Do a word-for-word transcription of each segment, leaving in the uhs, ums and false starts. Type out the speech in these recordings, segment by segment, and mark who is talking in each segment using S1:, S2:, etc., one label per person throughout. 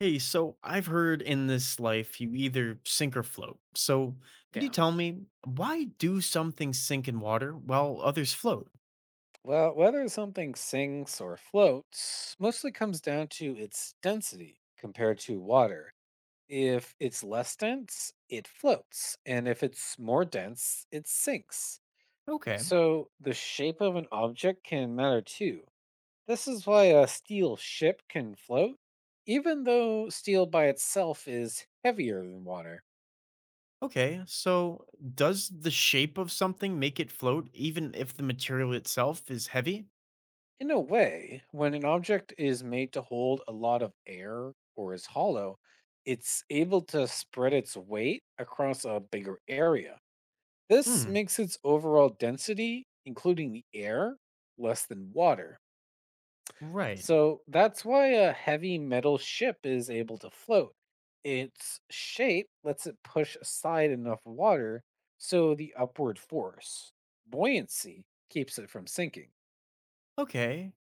S1: Hey, so I've heard in this life you either sink or float. So could you
S2: Yeah.
S1: tell me why do some things sink in water while others float?
S2: Well, whether something sinks or floats mostly comes down to its density compared to water. If it's less dense, it floats. And if it's more dense, it sinks.
S1: Okay,
S2: So the shape of an object can matter too. This is why a steel ship can float, even though steel by itself is heavier than water.
S1: okay. So does the shape of something make it float even if the material itself is heavy?
S2: In a way, when an object is made to hold a lot of air or is hollow, it's able to spread its weight across a bigger area. This
S1: Hmm,
S2: makes its overall density, including the air, less than water.
S1: right.
S2: So that's why a heavy metal ship is able to float. Its shape lets it push aside enough water so the upward force, buoyancy, keeps it from sinking.
S1: Okay.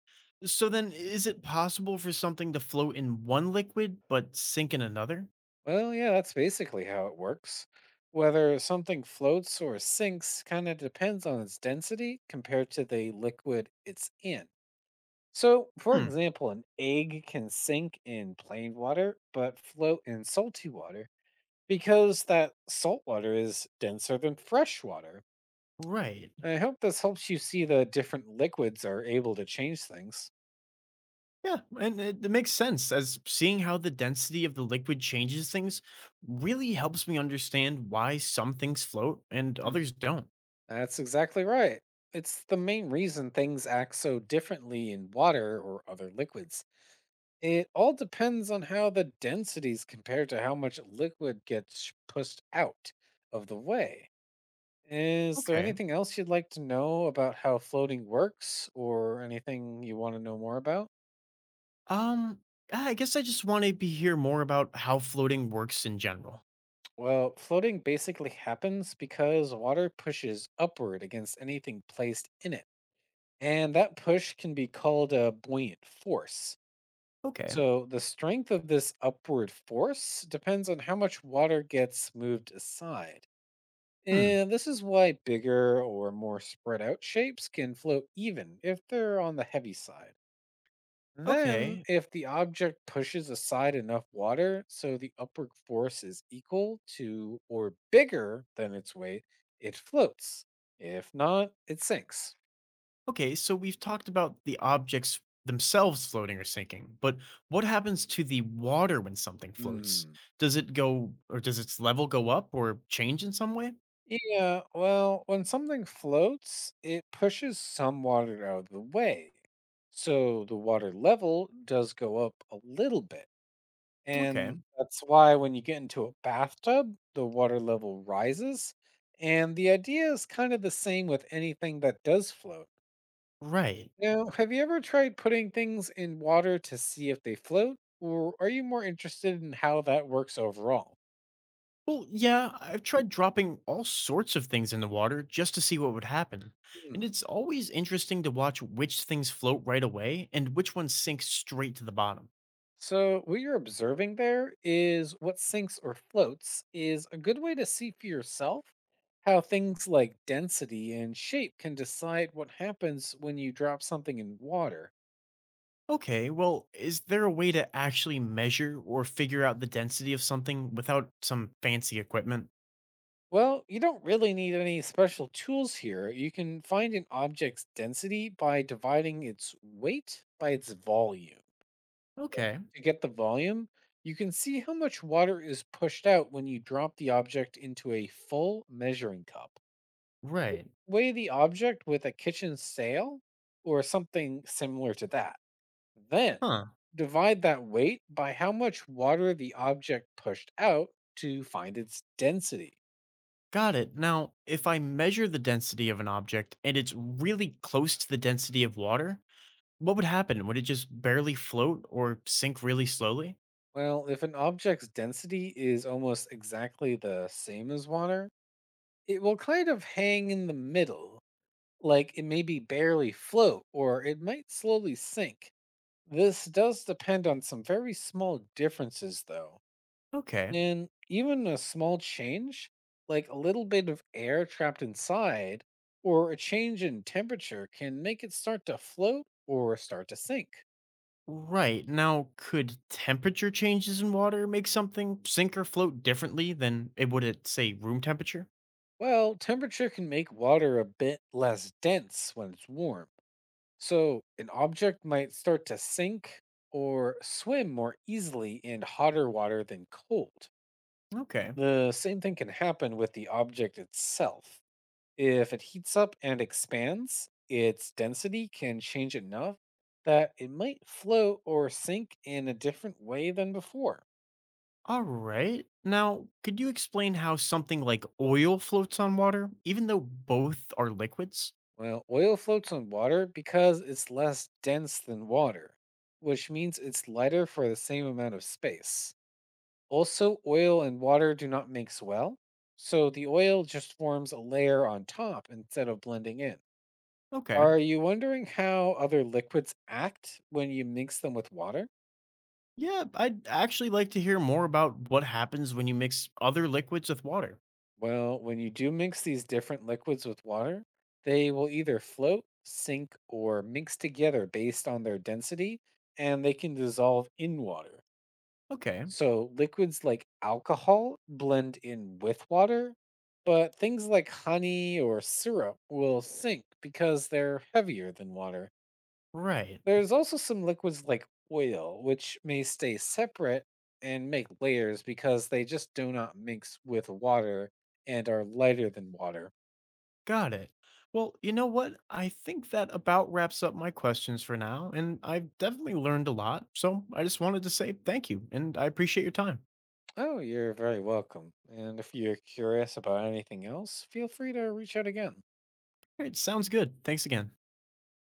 S1: So then is it possible for something to float in one liquid but sink in another?
S2: Well, yeah, that's basically how it works. Whether something floats or sinks kind of depends on its density compared to the liquid it's in. So, for
S1: Hmm,
S2: example, an egg can sink in plain water but float in salty water because that salt water is denser than fresh water.
S1: right.
S2: I hope this helps you see the different liquids are able to change things.
S1: Yeah, and it, it makes sense as seeing how the density of the liquid changes things really helps me understand why some things float and
S2: Mm,
S1: others don't.
S2: that's exactly right. It's the main reason things act so differently in water or other liquids. It all depends on how the densities compare to how much liquid gets pushed out of the way. Is there
S1: Okay.
S2: anything else you'd like to know about how floating works or anything you want to know more about?
S1: Um, I guess I just want to be hear more about how floating works in general.
S2: Well, floating basically happens because water pushes upward against anything placed in it. And that push can be called a buoyant force.
S1: Okay.
S2: So the strength of this upward force depends on how much water gets moved aside.
S1: Hmm.
S2: And this is why bigger or more spread out shapes can float even if they're on the heavy side. Then,
S1: Okay.
S2: if the object pushes aside enough water so the upward force is equal to or bigger than its weight, it floats. If not, it sinks.
S1: Okay, so we've talked about the objects themselves floating or sinking, but what happens to the water when something floats?
S2: Hmm.
S1: Does it go or does its level go up or change in some way?
S2: Yeah, well, when something floats, it pushes some water out of the way. So the water level does go up a little bit.
S1: Okay.
S2: And that's why when you get into a bathtub, the water level rises. And the idea is kind of the same with anything that does float.
S1: Right.
S2: Now, have you ever tried putting things in water to see if they float? Or are you more interested in how that works overall?
S1: Well, yeah, I've tried dropping all sorts of things in the water just to see what would happen.
S2: Hmm.
S1: And it's always interesting to watch which things float right away and which ones sink straight to the bottom.
S2: So, what you're observing there is what sinks or floats is a good way to see for yourself how things like density and shape can decide what happens when you drop something in water.
S1: Okay, well, is there a way to actually measure or figure out the density of something without some fancy equipment?
S2: Well, you don't really need any special tools here. You can find an object's density by dividing its weight by its volume.
S1: Okay,
S2: To get the volume, you can see how much water is pushed out when you drop the object into a full measuring cup.
S1: right.
S2: Weigh the object with a kitchen scale or something similar to that. Then
S1: Huh,
S2: divide that weight by how much water the object pushed out to find its density.
S1: got it. Now, if I measure the density of an object and it's really close to the density of water, what would happen? Would it just barely float or sink really slowly?
S2: Well, if an object's density is almost exactly the same as water, it will kind of hang in the middle, like it may be barely float or it might slowly sink. This does depend on some very small differences, though.
S1: Okay.
S2: And even a small change, like a little bit of air trapped inside, or a change in temperature, can make it start to float or start to sink.
S1: Right. Now, could temperature changes in water make something sink or float differently than it would at, say, room temperature?
S2: Well, temperature can make water a bit less dense when it's warm. So, an object might start to sink or swim more easily in hotter water than cold.
S1: Okay.
S2: The same thing can happen with the object itself. If it heats up and expands, its density can change enough that it might float or sink in a different way than before.
S1: All right. Now, could you explain how something like oil floats on water, even though both are liquids?
S2: Well, oil floats on water because it's less dense than water, which means it's lighter for the same amount of space. Also, oil and water do not mix well, so the oil just forms a layer on top instead of blending in.
S1: Okay.
S2: Are you wondering how other liquids act when you mix them with water?
S1: Yeah, I'd actually like to hear more about what happens when you mix other liquids with water.
S2: Well, when you do mix these different liquids with water, they will either float, sink, or mix together based on their density, and they can dissolve in water.
S1: Okay.
S2: So liquids like alcohol blend in with water, but things like honey or syrup will sink because they're heavier than water.
S1: Right.
S2: There's also some liquids like oil, which may stay separate and make layers because they just do not mix with water and are lighter than water.
S1: Got it. Well, you know what? I think that about wraps up my questions for now, and I've definitely learned a lot. So I just wanted to say thank you, and I appreciate your time.
S2: Oh, you're very welcome. And if you're curious about anything else, feel free to reach out again.
S1: All right, sounds good. Thanks again.